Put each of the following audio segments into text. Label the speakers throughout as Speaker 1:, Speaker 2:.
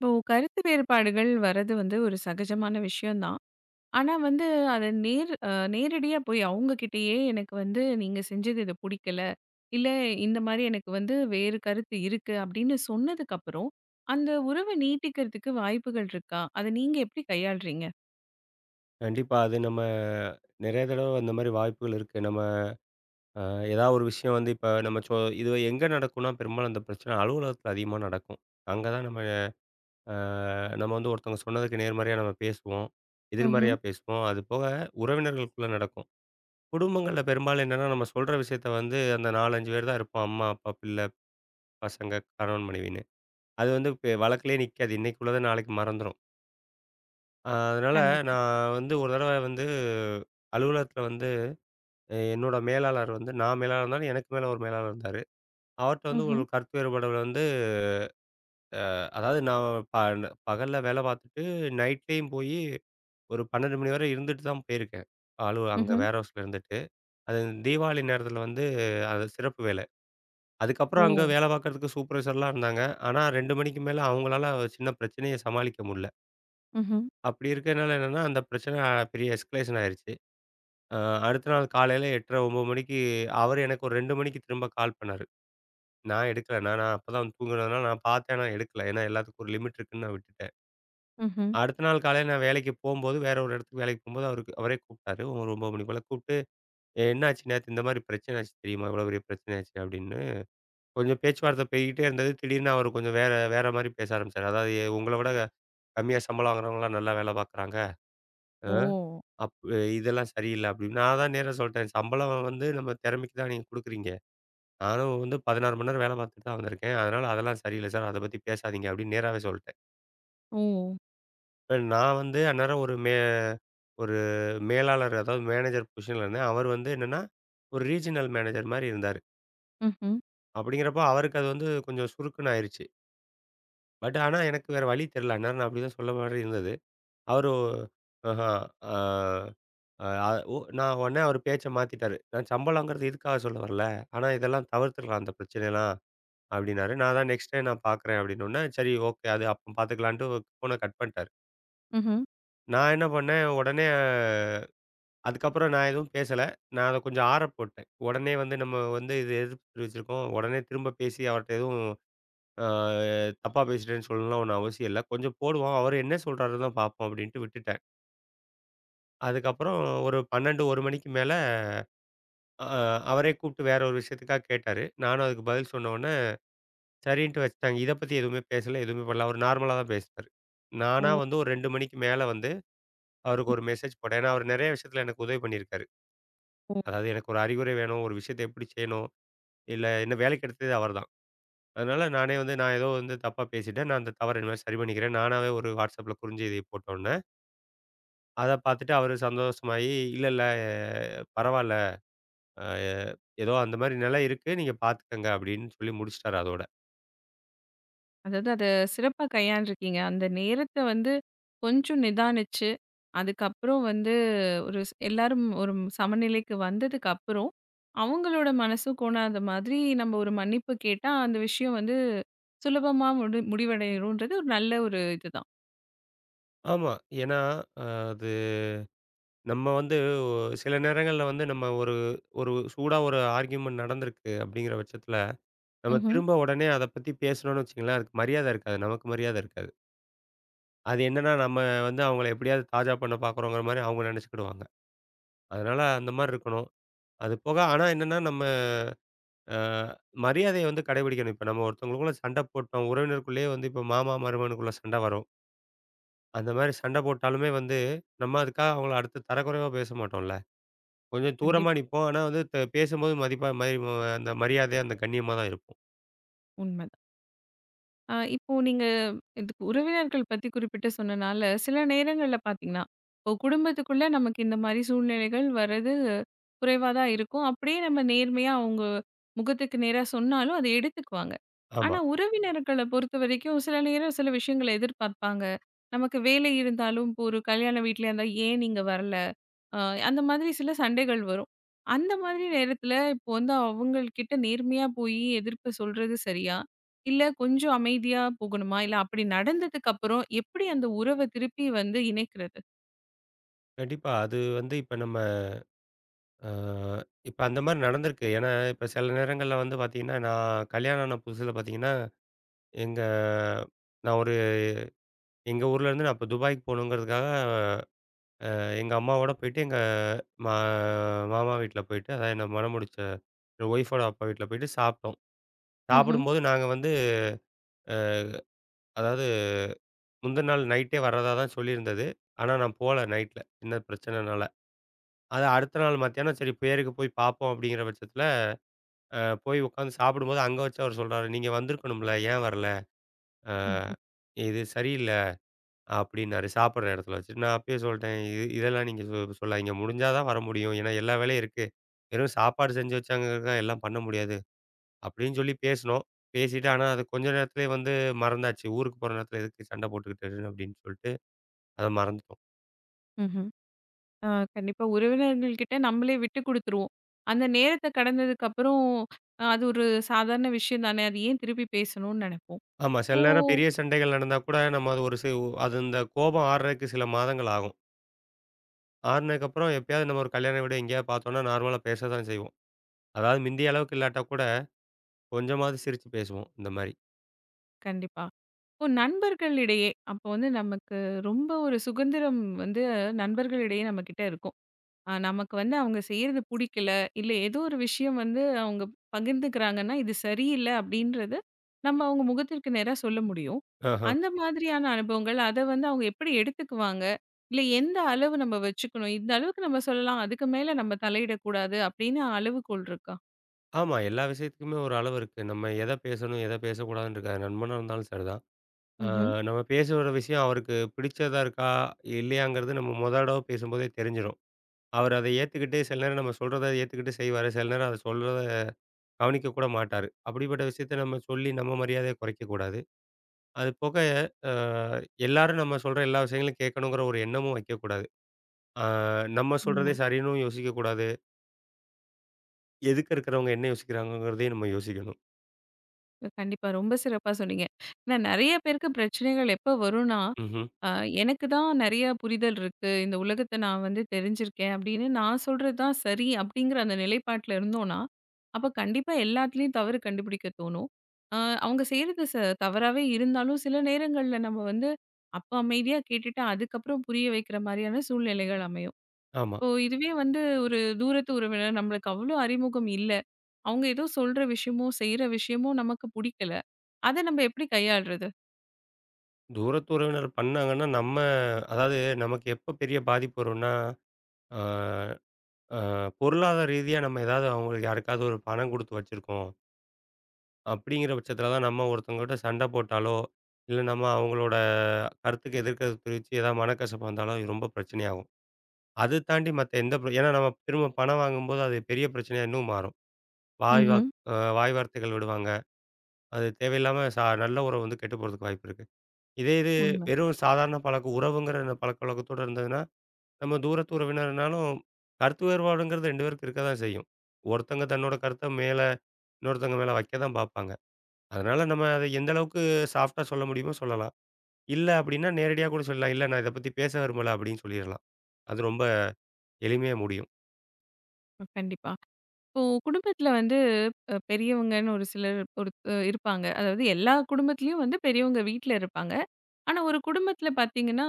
Speaker 1: இப்போ கருத்து வேறுபாடுகள் வர்றது ஒரு சகஜமான விஷயம்தான். ஆனா வந்து அத நேர் அ நேரடியா போய் அவங்ககிட்டயே எனக்கு நீங்க செஞ்சது இது பிடிக்கல. இல்ல, இந்த மாரி எனக்கு வேறு கருத்து இருக்கு அப்படின்னு சொன்னதுக்கு அப்புறம், அந்த உறவ நீட்டிக்கிறதுக்கு வாய்ப்புகள் இருக்கா? அத நீங்க எப்படி கையாளுறீங்க?
Speaker 2: கண்டிப்பா. அது நம்ம நெறைய தடவ அந்த மாரி வாய்ப்புகள் இருக்கு. நம்ம அ ஏதாவது ஒரு விஷயம் வந்து இப்ப நம்ம சொ இது எங்க நடக்கும்னா, பெரும்பாலும் அந்த பிரச்சனை அலுவலகத்தில அதிகமா நடக்கும். அங்க தான் அ நம்ம வந்து ஒருத்தவங்க சொன்னதுக்கு நேர்மறையா நம்ம பேசுவோம்.
Speaker 1: ம்ஹ்ம்.
Speaker 2: எதிர்மறையா பேசுவோம். அதுபோக உறவினர்களுக்குள்ள நடக்கும். குடும்பங்கள்ல பெரும்பாலும் என்னன்னா, நம்ம சொல்ற விஷயத்த வந்து அந்த 4, 5 பேர் தான் இருப்போம். அம்மா, அப்பா, பிள்ளை, பசங்க, கணவன், மனைவின்னு. அது வந்து வழக்கிலேயே நிக்காது. இன்னைக்கு உள்ளத நாளைக்கு மறந்துரும். அதனால
Speaker 1: கண்டிப்பா.
Speaker 2: நான் வந்து ஒரு தடவ வந்து அலுவலகத்தில வந்து என்னோட மேலாளர் வந்து நான் மேலாளரா இருந்தாலும், எனக்கு மேல ஒரு மேலாளர் இருந்தாரு. அவர்ட்ட வந்து ஒரு
Speaker 1: ம்ஹ்ம்.
Speaker 2: கருத்து வேறுபாடுகள் வந்து அதாவது நான் ப பகல்ல வேலை பார்த்துட்டு, நைட்லயும் போயி ஒரு 12 மணி வரை இருந்துட்டு தான் போயிருக்கேன். அங்க
Speaker 1: ம்ஹ்ம்.
Speaker 2: வேர் ஹவுஸ்ல இருந்துட்டு. அது தீபாவளி நேரத்தில வந்து அது சிறப்பு வேலை.
Speaker 1: ஓ!
Speaker 2: அதுக்கப்புறம் அங்க வேலை பார்க்கறதுக்கு சூப்பர்வைசர்லாம் இருந்தாங்க. ஆனா 2 மணிக்கு மேல அவங்களால ஒரு சின்ன பிரச்சனைய சமாளிக்க முடியல.
Speaker 1: ம்ஹ்ம்.
Speaker 2: அப்படி இருக்கனால என்னன்னா, அந்த பிரச்சனை பெரிய எஸ்கலேஷன் ஆயிருச்சு. அ அடுத்த நாள் காலையில 8:30, 9 மணிக்கு அவரு எனக்கு ஒரு 2 மணிக்கு திரும்ப கால் பண்ணாரு. நான் எடுக்கல. நான் நான் அப்பதான் வந்து தூங்குனதுனால நான் பார்த்தேன். ஆனா எடுக்கல. ஏன்னா எல்லாத்துக்கும் ஒரு லிமிட் இருக்குன்னு நான் விட்டுட்டேன்.
Speaker 1: ம்ஹ்ம்.
Speaker 2: அடுத்த நாள் காலையில நான் வேலைக்கு போம்போது, வேற ஒரு இடத்துக்கு வேலைக்கு போம்போது அவருக்கு அவரே கூப்பிட்டாரு. ஒரு 9 மணி போல கூப்பிட்டு, "ஏய், என்னாச்சு நேத்து இந்த மாரி பிரச்சனை ஆச்சு தெரியுமா? இவ்வளோ பெரிய பிரச்சனை ஆச்சு" அப்படின்னு. கொஞ்சம் பேச்சுவார்த்தை போய்க்கிட்டே இருந்தது. திடீர்னு அவர் கொஞ்சம் வேற வேற மாரி பேச ஆரம்பிச்சாரு. அதாவது "உங்கள விட கம்மியா சம்பளம் வாங்குறவங்கலாம் நல்லா வேலை பார்க்குறாங்க. அ
Speaker 1: ஓ!
Speaker 2: அப் இதெல்லாம் சரியில்ல" அப்படின்னு. நான் தான் நேரா சொல்லிட்டேன். "சம்பளம் வந்து நம்ம திறமைக்கு தான் நீங்க குடுக்குறீங்க." நானும் வந்து 16 மணி நேரம் வேலை பார்த்துட்டு தான் வந்திருக்கேன். அதனால அதெல்லாம் சரியில்ல சார். அத பத்தி பேசாதீங்க அப்படின்னு நேராவே சொல்ட்டேன்.
Speaker 1: ஓ! ஓ!
Speaker 2: இப்ப நான் வந்து அந்நேரம் ஒரு மேலாளர் அதாவது மேனேஜர் பொசிஷன்ல இருந்தேன். அவர் வந்து என்னன்னா, ஒரு ரீஜினல் மேனேஜர் மாரி இருந்தாரு.
Speaker 1: ம்ஹ்ம்.
Speaker 2: அப்படிங்கிறப்போ அவருக்கு அது வந்து கொஞ்சம் சுருக்குன்னு ஆயிருச்சு. பட் ஆனா எனக்கு வேற வழி தெரியல. அந்நேரம் நான் அப்படிதான் சொல்ல மாரி இருந்தது. அவரு ஆஹா ஆ அ ஒ நான் உடனே அவர் பேச்ச மாத்திட்டாரு. நான் சம்பளங்கிறது இதுக்காக சொல்ல வரல. ஆனா இதெல்லாம் தவிர்த்துடலாம் அந்த பிரச்சனையெல்லாம். அப்டின்னாரு. நான் தான் நெக்ஸ்ட் டே நான் பார்க்குறேன் அப்டின்னோனே, சரி ஓகே. அது அப்ப பார்த்துக்கலான்ட்டு ஃபோன கட் பண்ட்டாரு.
Speaker 1: ம்ஹ்ம்.
Speaker 2: நான் என்ன பண்ணேன், உடனே அதுக்கப்புறம் நான் எதுவும் பேசல. நான் அத கொஞ்சம் ஆற போட்டேன். உடனே வந்து நம்ம வந்து இது எதிர்ப்பு தெரிவிச்சிருக்கோம். உடனே திரும்ப பேசி அவர்ட்ட எதுவும் அ தப்பா பேசிட்டேன்னு சொல்லணும்லாம் ஒண்ணும் அவசியம் இல்ல. கொஞ்சம் போடுவோம். அவரு என்ன சொல்றாருன்னு தான் பார்ப்போம் அப்டின்ட்டு விட்டுட்டேன். அதுக்கப்புறம் ஒரு 12, 1 மணிக்கு மேல அ அவரே கூப்ட்டு வேற ஒரு விஷயத்துக்காக கேட்டாரு. நானும் அதுக்கு பதில் சொன்னோனே சரின்ட்டு வச்சுட்டாங்க. இத பத்தி எதுவுமே பேசல, எதுவுமே பண்ணல. அவரு நார்மலா தான் பேசினாரு.
Speaker 1: ஓ!
Speaker 2: நானா வந்து ஒரு 2 மணிக்கு மேல வந்து அவருக்கு ஒரு மெசேஜ் போட்டேன். ஏன்னா, அவரு நெறைய விஷயத்துல எனக்கு உதவி பண்ணியிருக்காரு.
Speaker 1: ஓ!
Speaker 2: அதாவது எனக்கு ஒரு அறிவுரை வேணும், ஒரு விஷயத்த எப்படி செய்யணும், இல்ல என்ன வேலைக்கு எடுத்ததே அவர்தான். அதனால நானே வந்து நான் ஏதோ வந்து தப்பா பேசிட்டேன். நான் அந்த தவற இனிமேல் சரி பண்ணிக்கிறேன். நானாவே ஒரு WhatsAppல குறுஞ்செய்திய போட்டோன்னே, அத பாத்துட்டு அவரு சந்தோஷமாயி, "இல்ல, இல்ல பரவால்ல. அ ஏதோ அந்த மாரி நிலை இருக்கு. நீங்க பாத்துக்கங்க" அப்படின்னு சொல்லி முடிச்சுட்டாரு அதோட.
Speaker 1: அதாவது அத சிறப்பா கையாண்டுருக்கீங்க. அந்த நேரத்த கொஞ்சம் நிதானிச்சு, அதுக்கப்புறம் வந்து ஒரு ஸ் எல்லாரும் ஒரு சமநிலைக்கு வந்ததுக்கப்புறம், அவங்களோட மனசும் கோணாத மாதிரி நம்ம ஒரு மன்னிப்பு கேட்டா, அந்த விஷயம் சுலபமா முடிவடையும்ன்றது ஒரு நல்ல ஒரு இதுதான்.
Speaker 2: ஆமா. ஏன்னா, அ அது நம்ம வந்து சில நேரங்கள்ல வந்து நம்ம ஒரு ஒரு சூடா ஒரு ஆர்கியுமெண்ட் நடந்திருக்கு அப்படிங்கிற பட்சத்துல, நம்ம
Speaker 1: ம்ஹ்ம்.
Speaker 2: திரும்ப உடனே அத பத்தி பேசணும்னு வச்சுக்கங்களேன், அதுக்கு மரியாதை இருக்காது. நமக்கு மரியாதை இருக்காது. அது என்னன்னா நம்ம வந்து அவங்கள எப்படியாவது தாஜா பண்ண பார்க்குறோங்கிற மாரி அவங்க நெனச்சுக்கிடுவாங்க. அதனால அந்த மாரி இருக்கணும். அது போக ஆனா என்னன்னா நம்ம அ மரியாதைய வந்து கடைபிடிக்கணும். இப்ப நம்ம ஒருத்தவங்களுக்குள்ள சண்டை போட்டோம். உறவினருக்குள்ளேயே வந்து இப்ப மாமா, மருமகனுக்குள்ள சண்டை வரும். அந்த மாரி சண்டை போட்டாலுமே வந்து, நம்ம அதுக்காக அவங்கள அடுத்து தரக்குறைவா பேச மாட்டோம்ல. கொஞ்சம் தூரமா
Speaker 1: கண்டிப்பா.
Speaker 2: நிப்போம். ஆனா வந்து த பேசும்போது மதிப்பா மதி ம அந்த மரியாதை, அந்த கண்ணியமா தான் இருக்கும்.
Speaker 1: உண்ம. இப்போ நீங்க இதுக்கு உறவினர்கள் பத்தி குறிப்பிட்டு சொன்னனால, சில நேரங்கள்ல பார்த்தீங்கன்னா, இப்போ குடும்பத்துக்குள்ள நமக்கு இந்த மாரி சூழ்நிலைகள் வர்றது குறைவா தான் இருக்கும். அப்படியே நம்ம நேர்மையா அவங்க முகத்துக்கு நேரா சொன்னாலும் அதை எடுத்துக்குவாங்க.
Speaker 2: ஆமா.
Speaker 1: ஆனா உறவினர்கள பொறுத்தவரைக்கும் சில நேரம் சில விஷயங்கள எதிர்பார்ப்பாங்க. நமக்கு வேலை இருந்தாலும் இப்போ ஒரு கல்யாண வீட்லயா இருந்தா, "ஏன் நீங்க வரல? அ அந்த மாதிரி சில சண்டைகள் வரும். அந்த மாதிரி நேரத்துல இப்போ அவங்கள்கிட்ட நேர்மையா போயி எதிர்ப்பு சொல்றது சரியா? இல்ல கொஞ்சம் அமைதியா போகணுமா? இல்ல அப்படி நடந்ததுக்கு அப்புறம் எப்படி அந்த உறவ திருப்பி வந்து இணைக்கிறது?
Speaker 2: கண்டிப்பா. அது வந்து இப்ப நம்ம அ இப்ப அந்த மாரி நடந்திருக்கு. ஏன்னா, இப்ப சில நேரங்கள்ல வந்து பார்த்தீங்கன்னா, நான் கல்யாணம் ஆன புதுசுல பார்த்தீங்கன்னா, எங்க நான் ஒரு எங்க ஊர்லேருந்து நான் இப்ப துபாய்க்கு போகணுங்கிறதுக்காக எங்க அம்மாவோட போயிட்டு, எங்க மா மாமா வீட்ல போயிட்டு, அதான் என்ன மணமுடிச்ச என் ஒய்ஃபோட அப்பா வீட்ல போயிட்டு சாப்பிட்டோம்.
Speaker 1: ம்ஹ்ம்.
Speaker 2: சாப்பிடும்போது நாங்க வந்து அ அதாவது முந்தின நாள் நைட்டே வர்றதா தான் சொல்லியிருந்தது. ஆனா நான் போல நைட்ல. சின்ன பிரச்சனைனால. அது அடுத்த நாள் மத்தியானம் சரி பேருக்கு போய் பார்ப்போம் அப்படிங்கிற பட்சத்தில, அ போய் உட்காந்து சாப்பிடும்போது அங்க வச்சு அவர் சொல்றாரு, "நீங்க வந்திருக்கணும்ல, ஏன் வரல? அ
Speaker 1: ம்ஹ்ம்.
Speaker 2: இது சரியில்ல." அப்படின்னாரு சாப்பிடுற இடத்துல வச்சு. நான் அப்பயே சொல்ட்டேன், "இதெல்லாம் நீங்க சொல்லாதீங்க. முடிஞ்சா தான் வர முடியும். ஏன்னா எல்லா வேலையும் இருக்கு. வெறும் சாப்பாடு செஞ்சு வச்சாங்கறதுக்காக எல்லாம் பண்ண முடியாது." அப்படின்னு சொல்லி பேசினோம். பேசிட்டு ஆனா அது கொஞ்ச நேரத்திலேயே வந்து மறந்தாச்சு. ஊருக்கு போற நேரத்தில எதுக்கு சண்டை போட்டுக்கிட்டு அப்படின்னு சொல்லிட்டு, அத மறந்துட்டோம்.
Speaker 1: ம்ஹ்ம். ஆ கண்டிப்பா. உறவினர்கள் கிட்ட நம்மளே விட்டு குடுத்துருவோம். அந்த நேரத்த கடந்ததுக்கு அப்புறம் அது ஒரு சாதாரண விஷயம் தானே. அது ஏன் திருப்பி பேசணும்னு நெனைப்போம்.
Speaker 2: ஆமா.
Speaker 1: ஓ!
Speaker 2: சில நேரம் பெரிய சண்டைகள் நடந்தா கூட நம்ம அது ஒரு சி அது இந்த கோபம் ஆறுறதுக்கு சில மாதங்கள் ஆகும். ஆறுனதுக்கப்புறம் எப்பயாவது நம்ம ஒரு கல்யாண வீடு எங்கேயாவது பார்த்தோம்னா, நார்மலா பேச தான் செய்வோம். அதாவது மிந்திய அளவுக்கு இல்லாட்டா கூட கொஞ்சமாவது சிரிச்சு பேசுவோம் இந்த மாரி.
Speaker 1: கண்டிப்பா. இப்போ நண்பர்களிடையே அப்போ நமக்கு ரொம்ப ஒரு சுதந்திரம் வந்து நண்பர்களிடையே நம்மக்கிட்ட இருக்கும். நமக்கு அவங்க செய்றது புடிக்கல, இல்ல ஏதோ ஒரு விஷயம் அவங்க பகிர்ந்துக்கிறாங்கன்னா, இது சரியில்ல அப்டின்றது நம்ம அவங்க முகத்திற்கு நேரா சொல்ல முடியும்.
Speaker 2: ஆஹா.
Speaker 1: அந்த மாதிரியான அனுபவங்கள் அத அவங்க எப்படி எடுத்துக்குவாங்க? இல்ல எந்த அளவு நம்ம வச்சுக்கணும்? இந்த அளவுக்கு நம்ம சொல்லலாம். அதுக்கு மேல நம்ம தலையிடக்கூடாது அப்டின்னு அளவுகோல் இருக்கா?
Speaker 2: ஆமா. எல்லா விஷயத்துக்குமே ஒரு அளவு இருக்கு. நம்ம எத பேசணும், எத பேசக்கூடாதுன்னு இருக்காது. நண்பனா இருந்தாலும் சரிதான். ஆ
Speaker 1: ம்ஹ்ம்.
Speaker 2: நம்ம பேசுற விஷயம் அவருக்கு பிடிச்சதா இருக்கா, இல்லையாங்கிறது நம்ம மொத தடவ பேசும்போதே தெரிஞ்சிரும். அவர் அத ஏத்துக்கிட்டு சில நேரம் நம்ம சொல்றத ஏத்துக்கிட்டு செய்வாரு. சில நேரம் அத சொல்றத கவனிக்க கூட மாட்டாரு. அப்படிப்பட்ட விஷயத்த நம்ம சொல்லி நம்ம மரியாதைய குறைக்கக் கூடாது. அது போக அ எல்லாரும் நம்ம சொல்ற எல்லா விஷயங்களையும் கேட்கணுங்கிற ஒரு எண்ணமும் வைக்கக்கூடாது. அ நம்ம சொல்றதே
Speaker 1: உண்ம.
Speaker 2: சரின்னு யோசிக்கக் கூடாது. எதுக்க இருக்கிறவங்க என்ன யோசிக்கிறாங்கங்கிறதையும் நம்ம யோசிக்கணும்.
Speaker 1: கண்டிப்பா. ரொம்ப சிறப்பா சொன்னீங்க. ஏன்னா நெறைய பேருக்கு பிரச்சனைகள் எப்ப வரும்னா,
Speaker 2: ம்ஹ்ம்.
Speaker 1: அ எனக்கு தான் நெறைய புரிதல் இருக்கு. இந்த உலகத்த நான் தெரிஞ்சிருக்கேன் அப்படின்னு நான் சொல்றது தான் சரி அப்படிங்கிற அந்த நிலைப்பாட்டுல இருந்தோம்னா, அப்ப கண்டிப்பா எல்லாத்துலயும் தவறு கண்டுபிடிக்க தோணும். அ அவங்க செய்றது ச தவறாவே இருந்தாலும் சில நேரங்கள்ல நம்ம அப்ப அமைதியா கேட்டுட்டு அதுக்கப்புறம் புரிய வைக்கிற மாரியான சூழ்நிலைகள் அமையும்.
Speaker 2: ஆமா.
Speaker 1: இப்போ இதுவே ஒரு தூரத்து உறவினர் நம்மளுக்கு அவ்வளோ அறிமுகம் இல்ல. அவங்க ஏதோ சொல்ற விஷயமோ, செய்ற விஷயமோ நமக்கு புடிக்கல. அத நம்ம எப்படி கையாள்றது?
Speaker 2: தூரத்து உறவினர் பண்ணாங்கன்னா, நம்ம அதாவது நமக்கு எப்ப பெரிய பாதிப்பு வரும்னா, அ அ பொருளாதார ரீதியா நம்ம ஏதாவது அவங்களுக்கு யாருக்காவது ஒரு பணம் குடுத்து வச்சிருக்கோம். அப்படிங்கிற பட்சத்தில தான் நம்ம ஒருத்தவங்ககிட்ட சண்டை போட்டாலோ, இல்ல நம்ம அவங்களோட கருத்துக்கு எதிர்க்கிறது தெரிவிச்சு ஏதாவது மனக்கசப்பு வந்தாலோ இது ரொம்ப பிரச்சனையாகும். அது தாண்டி மத்த எந்த பிர ஏன்னா நம்ம திரும்ப பணம் வாங்கும்போது அது பெரிய பிரச்சனையா இன்னும் மாறும். வாய்
Speaker 1: ம்ஹ்ம்.
Speaker 2: வாக் அ வாய் வார்த்தைகள் விடுவாங்க. அது தேவையில்லாம நல்ல உறவு வந்து கெட்டு போறதுக்கு வாய்ப்பு இருக்கு. இதே இது
Speaker 1: உண்ம.
Speaker 2: வெறும் சாதாரண பழக்கம் உறவுங்கிற அந்த பழக்கவழக்கத்தோட இருந்ததுன்னா, நம்ம தூரத்து உறவினர்னாலும் கருத்து வேறுபாடுங்கிறது 2 பேருக்கு இருக்க தான் செய்யும். ஒருத்தங்க தன்னோட கருத்த மேல இன்னொருத்தங்க மேல வைக்க தான் பார்ப்பாங்க. அதனால நம்ம அத எந்த அளவுக்கு சாஃப்ட்டா சொல்ல முடியுமோ சொல்லலாம். இல்ல அப்டின்னா நேரடியா கூட சொல்லலாம். இல்ல நான் இத பத்தி பேச விரும்பல அப்டின்னு சொல்லிறலாம். அது ரொம்ப எளிமையா முடியும்.
Speaker 1: கண்டிப்பா. இப்போ குடும்பத்தில வந்து அ பெரியவங்கன்னு ஒரு சிலர் ஒரு இருப்பாங்க. அதாவது எல்லா குடும்பத்திலயும் பெரியவங்க வீட்ல இருப்பாங்க. ஆனா, ஒரு குடும்பத்துல பார்த்தீங்கன்னா,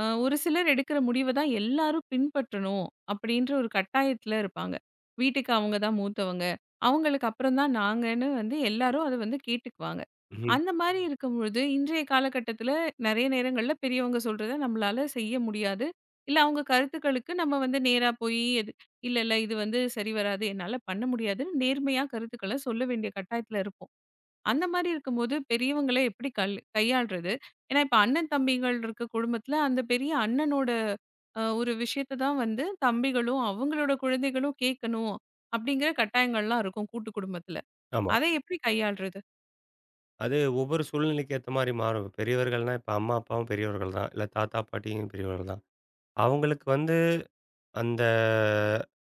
Speaker 1: ஒரு சிலர் எடுக்கிற முடிவ தான் எல்லாரும் பின்பற்றணும் அப்படின்ற ஒரு கட்டாயத்துல இருப்பாங்க. வீட்டுக்கு அவங்க தான் மூத்தவங்க. அவங்களுக்கு அப்புறம் தான் நாங்கன்னு எல்லாரும் அத கேட்டுக்குவாங்க.
Speaker 2: ம்ஹ்ம்.
Speaker 1: அந்த மாரி இருக்கும்பொழுது, இன்றைய காலகட்டத்துல நெறைய நேரங்கள்ல பெரியவங்க சொல்றத நம்மளால செய்ய முடியாது. இல்ல அவங்க கருத்துக்களுக்கு நம்ம நேரா போயி, இல்ல, இல்ல இது சரி வராது. என்னால பண்ண முடியாதுன்னு நேர்மையா கருத்துக்கள சொல்ல வேண்டிய கட்டாயத்துல இருப்போம். அந்த மாரி இருக்கும்போது பெரியவங்கள எப்படி கையாள்றது? ஏன்னா, இப்ப அண்ணன், தம்பிகள் இருக்க குடும்பத்துல அந்த பெரிய அண்ணனோட ஒரு விஷயத்த தான் தம்பிகளும், அவங்களோட குழந்தைகளும் கேட்கணும் அப்படிங்கிற கட்டாயங்கள்லாம் இருக்கும் கூட்டு குடும்பத்துல.
Speaker 2: ஆமா.
Speaker 1: அதை எப்படி கையாள்றது?
Speaker 2: அது ஒவ்வொரு சூழ்நிலைக்கு ஏத்த மாரி மாறும். பெரியவர்கள்னா இப்ப அம்மா, அப்பாவும் பெரியவர்கள் தான். இல்ல தாத்தா, பாட்டியும் பெரியவர்கள் தான். அவங்களுக்கு வந்து அந்த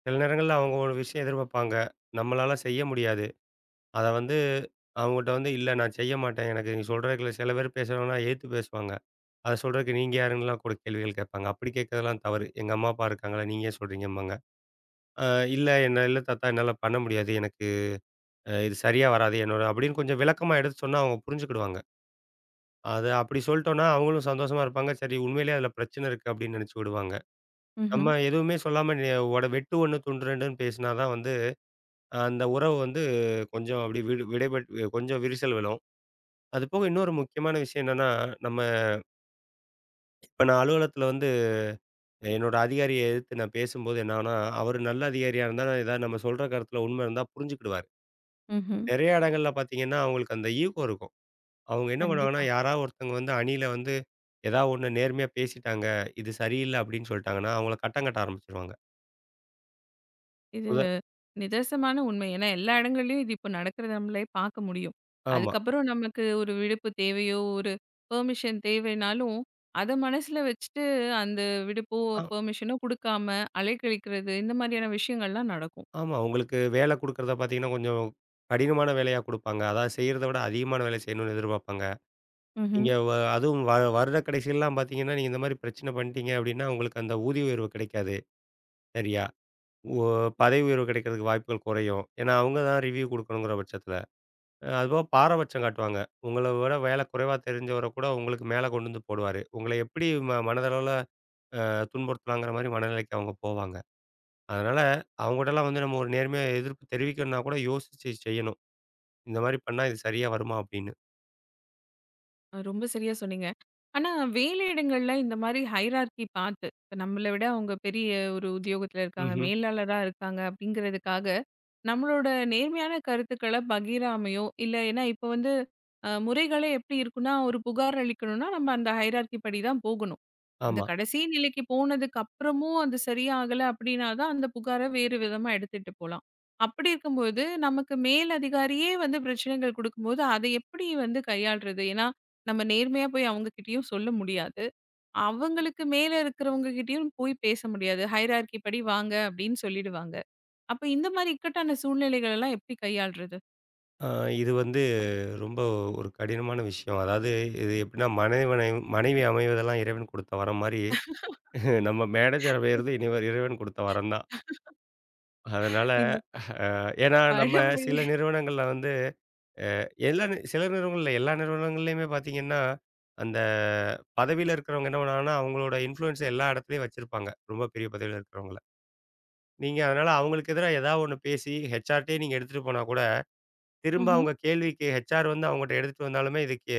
Speaker 2: சில நேரங்கள்ல அவங்க ஒரு விஷயம் எதிர்பார்ப்பாங்க. நம்மளால செய்ய முடியாது. அத வந்து அவங்ககிட்ட வந்து இல்ல நான் செய்ய மாட்டேன். எனக்கு நீங்க சொல்றதுக்கு சில பேர் பேசுறவங்கலாம் எதிர்த்து பேசுவாங்க. அத சொல்றதுக்கு நீங்க யாருன்னுலாம் கூட கேள்விகள் கேட்பாங்க. அப்படி கேட்கறதெல்லாம் தவறு. எங்க அம்மா, அப்பா இருக்காங்களா, நீங்க ஏன் சொல்றீங்கம்பாங்க. அ இல்ல என்ன இல்ல தாத்தா என்னால பண்ண முடியாது. எனக்கு இது சரியா வராது. என்னோட அப்படின்னு கொஞ்சம் விளக்கமா எடுத்து சொன்னா அவங்க புரிஞ்சுக்கிடுவாங்க. அது அப்படி சொல்ட்டோம்னா அவங்களும் சந்தோஷமா இருப்பாங்க. சரி உண்மையிலேயே அதுல பிரச்சனை இருக்கு அப்படின்னு நினைச்சு விடுவாங்க.
Speaker 1: ம்ஹ்ம்,
Speaker 2: நம்ம எதுவுமே சொல்லாம ஒட வெட்டு ஒண்ணு, துண்டு 2ன்னு பேசினா தான் வந்து அந்த உறவு வந்து கொஞ்சம் அப்படி விடு விடைபெட் கொஞ்சம் விரிசல் விழும். அதுபோக இன்னொரு முக்கியமான விஷயம் என்னன்னா, நம்ம இப்ப நான் அலுவலகத்துல வந்து என்னோட அதிகாரிய எதிர்த்து நான் பேசும்போது என்னான்னா, அவரு நல்ல அதிகாரியா இருந்தா, நான் ஏதாவது நம்ம சொல்ற கருத்துல உண்மை இருந்தா புரிஞ்சுக்கிடுவாரு.
Speaker 1: ம்ஹ்ம்.
Speaker 2: நெறைய இடங்கள்ல பாத்தீங்கன்னா, அவங்களுக்கு அந்த ஈகோ இருக்கும். அவங்க என்ன பண்ணுவாங்கன்னா,
Speaker 1: கண்டிப்பா.
Speaker 2: யாராவது ஒருத்தவங்க வந்து அணியில வந்து ஏதாவது ஒண்ணு நேர்மையா பேசிட்டாங்க, இது சரியில்ல அப்படின்னு சொல்லிட்டாங்கன்னா, அவங்கள கட்டம் கட்ட ஆரம்பிச்சுருவாங்க.
Speaker 1: இது
Speaker 2: உத
Speaker 1: நிதர்சமான உண்மை. ஏன்னா, எல்லா இடங்கள்லயும் இது இப்ப நடக்கிறத நம்மளே பார்க்க முடியும்.
Speaker 2: ஆமா.
Speaker 1: அதுக்கப்புறம் நமக்கு ஒரு விடுப்பு தேவையோ, ஒரு பெர்மிஷன் தேவைனாலும், அத மனசுல வச்சுட்டு அந்த விடுப்போ,
Speaker 2: ஆ
Speaker 1: பெர்மிஷனோ குடுக்காம அலைக்கழிக்கிறது, இந்த மாதிரியான விஷயங்கள்லாம் நடக்கும்.
Speaker 2: ஆமா. உங்களுக்கு வேலை குடுக்குறத பாத்தீங்கன்னா, கொஞ்சம் கடினமான வேலையா குடுப்பாங்க. அதாவது செய்றத விட அதிகமான வேலை செய்யணும்னு எதிர்பார்ப்பாங்க.
Speaker 1: ம்ஹ்ம்.
Speaker 2: நீங்க வ அதுவும் வ வருட கடைசிலலாம் பாத்தீங்கன்னா, நீங்க இந்த மாரி பிரச்சனை பண்ணிட்டீங்க அப்படின்னா, உங்களுக்கு அந்த ஊதிய உயர்வு கிடைக்காது. சரியா? ஒ பதவி உயர்வு கிடைக்கிறதுக்கு வாய்ப்புகள் குறையும். ஏன்னா, அவங்க தான் ரிவ்யூ குடுக்கணுங்கிற பட்சத்தில. அதுபோக பாரபட்சம் காட்டுவாங்க. உங்கள விட வேலை குறைவா தெரிஞ்சவர கூட உங்களுக்கு மேல கொண்டு வந்து போடுவாரு. உங்கள எப்படி மனதளவுல துன்புறுத்தலாங்கிற மாரி மனநிலைக்கு அவங்க போவாங்க. அதனால அவங்ககிட்டலாம் வந்து நம்ம ஒரு நேர்மையா எதிர்ப்பு தெரிவிக்கணும்னா கூட யோசிச்சு செய்யணும். இந்த மாரி பண்ணா இது சரியா வருமா? அப்படின்னு.
Speaker 1: ரொம்ப சரியா சொன்னீங்க. ஆனா, வேலையிடங்கள்ல இந்த மாரி ஹைரார்கி பார்த்து, இப்ப நம்மள விட அவங்க பெரிய ஒரு உத்தியோகத்துல இருக்காங்க,
Speaker 2: ம்ஹ்ம்.
Speaker 1: மேலாளரா இருக்காங்க அப்படிங்கிறதுக்காக நம்மளோட நேர்மையான கருத்துக்கள பகிராமையோ, இல்ல ஏன்னா இப்ப வந்து அ முறைகளே எப்படி இருக்குன்னா, ஒரு புகார் அளிக்கணும்னா நம்ம அந்த ஹைரார்கி படி தான் போகணும். அந்த
Speaker 2: ஆமா.
Speaker 1: கடைசி நிலைக்கு போனதுக்கு அப்புறமும் அது சரியாகல அப்படின்னா தான், அந்த புகார வேறு விதமா எடுத்துட்டு போலாம். அப்படி இருக்கும்போது, நமக்கு மேல் அதிகாரியே வந்து பிரச்சனைகள் குடுக்கும்போது, அத எப்படி கையாள்றது? ஏன்னா, நம்ம நேர்மையா போய் அவங்க கிட்டயும் சொல்ல முடியாது. அவங்களுக்கு மேல இருக்கிறவங்க கிட்டயும் போய் பேச முடியாது. ஹைரார்கி படி வாங்க அப்படின்னு சொல்லிடுவாங்க. அப்ப இந்த மாரி இக்கட்டான சூழ்நிலைகள் எல்லாம் எப்படி கையாள்றது?
Speaker 2: அ இது வந்து ரொம்ப ஒரு கடினமான விஷயம். அதாவது இது எப்படின்னா மனைவி அமைவதெல்லாம் இறைவன் குடுத்த வரம் மாரி நம்ம மேனேஜர் பேருது இனிவர் இறைவன் குடுத்த வரம் தான். அதனால
Speaker 1: இந்த
Speaker 2: அ ஏன்னா நம்ம
Speaker 1: பழமொழிய
Speaker 2: சில நிறுவனங்கள்ல வந்து எல்லா நி சில நிறுவனங்கள் இல்ல, எல்லா நிறுவனங்கள்லயுமே பார்த்தீங்கன்னா, அந்த பதவியில இருக்கிறவங்க என்ன பண்ணுவாங்கன்னா, அவங்களோட இன்ஃப்ளூயன்ஸ எல்லா இடத்துலயும் வச்சிருப்பாங்க. ரொம்ப பெரிய பதவியில இருக்கிறவங்கள. நீங்க அதனால அவங்களுக்கு எதிரா ஏதாவது ஒண்ணு பேசி ஹெச்ஆர்ட்டயே நீங்க எடுத்துட்டு போனா கூட, திரும்ப
Speaker 1: ம்ஹ்ம்.
Speaker 2: அவங்க கேள்விக்கு ஹெச்ஆர் வந்து அவங்கட்ட எடுத்துட்டு வந்தாலுமே இது கே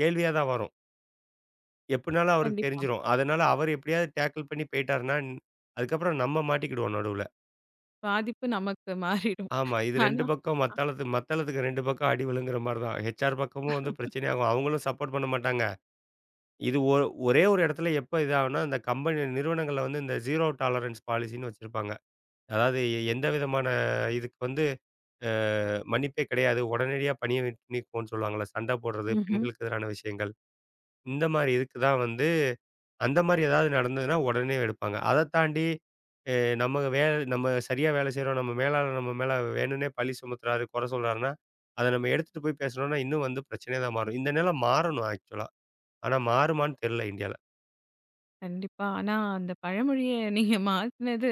Speaker 2: கேள்வியா தான் வரும். எப்டினாலும் அவருக்கு
Speaker 1: கண்டிப்பா.
Speaker 2: தெரிஞ்சிரும். அதனால அவர் எப்டியாவது டேக்கிள் பண்ணி போய்ட்டாருன்னா, அதுக்கப்புறம் நம்ம மாட்டிக்கிடுவோம் நடுவுல.
Speaker 1: பாதிப்பு நமக்கு மாறிடும்.
Speaker 2: ஆமா. இது 2
Speaker 1: ஆனா
Speaker 2: பக்கம் மத்தாளத்துக்கு 2 பக்கம் அடி விழுங்குற மாரி தான். ஹெச்ஆர் பக்கமும் வந்து பிரச்சனையாகும். அவங்களும் சப்போர்ட் பண்ண மாட்டாங்க. இது ஒ ஒரே ஒரு இடத்துல எப்ப இதாகும்னா, இந்த கம்பெனி நிறுவனங்கள்ல வந்து இந்த ஜீரோ டாலரன்ஸ் பாலிசின்னு வச்சிருப்பாங்க. அதாவது எந்த விதமான இதுக்கு வந்து அ மன்னிப்பே கிடையாது. உடனடியா பணிய விட் நீக்குவோம்ன்னு சொல்லுவாங்கல்ல. சண்டை போடுறது,
Speaker 1: ம்ஹ்ம்.
Speaker 2: பெண்களுக்கு எதிரான விஷயங்கள். இந்த மாரி இதுக்கு தான் வந்து அந்த மாரி ஏதாவது நடந்ததுன்னா உடனே எடுப்பாங்க. அதத் தாண்டி அ நம்ம வேல நம்ம சரியா வேலை செய்றோம். நம்ம மேலாளர் நம்ம மேல வேணும்னே பழி சுமத்துறாரு, குறை சொல்றாருன்னா, அத நம்ம எடுத்துட்டு போய் பேசுனோம்னா இன்னும் வந்து பிரச்சனையா தான் மாறும். இந்த நிலை மாறணும் ஆக்சுவலா. ஆனா மாறுமான்னு தெரியல இந்தியால.
Speaker 1: கண்டிப்பா. ஆனா அந்த பழமொழிய நீங்க மாத்துனது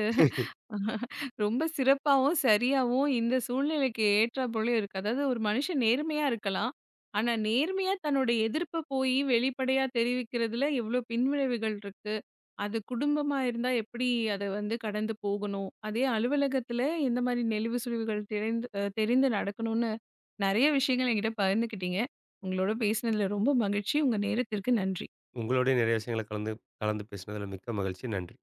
Speaker 1: ரொம்ப சிறப்பாவும், சரியாவும் இந்த சூழ்நிலைக்கு ஏற்றாற்போல இருக்கு. அதாவது ஒரு மனுஷன் நேர்மையா இருக்கலாம். ஆனா, நேர்மையா தன்னோட எதிர்ப்ப போயி வெளிப்படையா தெரிவிக்கிறதுல எவ்ளோ பின்விளைவுகள் இருக்கு. அது குடும்பமா இருந்தா எப்படி அத கடந்து போகணும். அதே அலுவலகத்துல எந்த மாரி நெளிவு சுளிவுகள் தெரிந்து நடக்கணும்னு நெறைய விஷயங்கள் என்கிட்ட பகிர்ந்துக்கிட்டீங்க. உங்களோட பேசினதுல ரொம்ப மகிழ்ச்சி. உங்க நேரத்திற்கு நன்றி.
Speaker 2: உங்களோடய நிறைய விஷயங்கள கலந்து கலந்து பேசினதுல மிக்க மகிழ்ச்சி. நன்றி.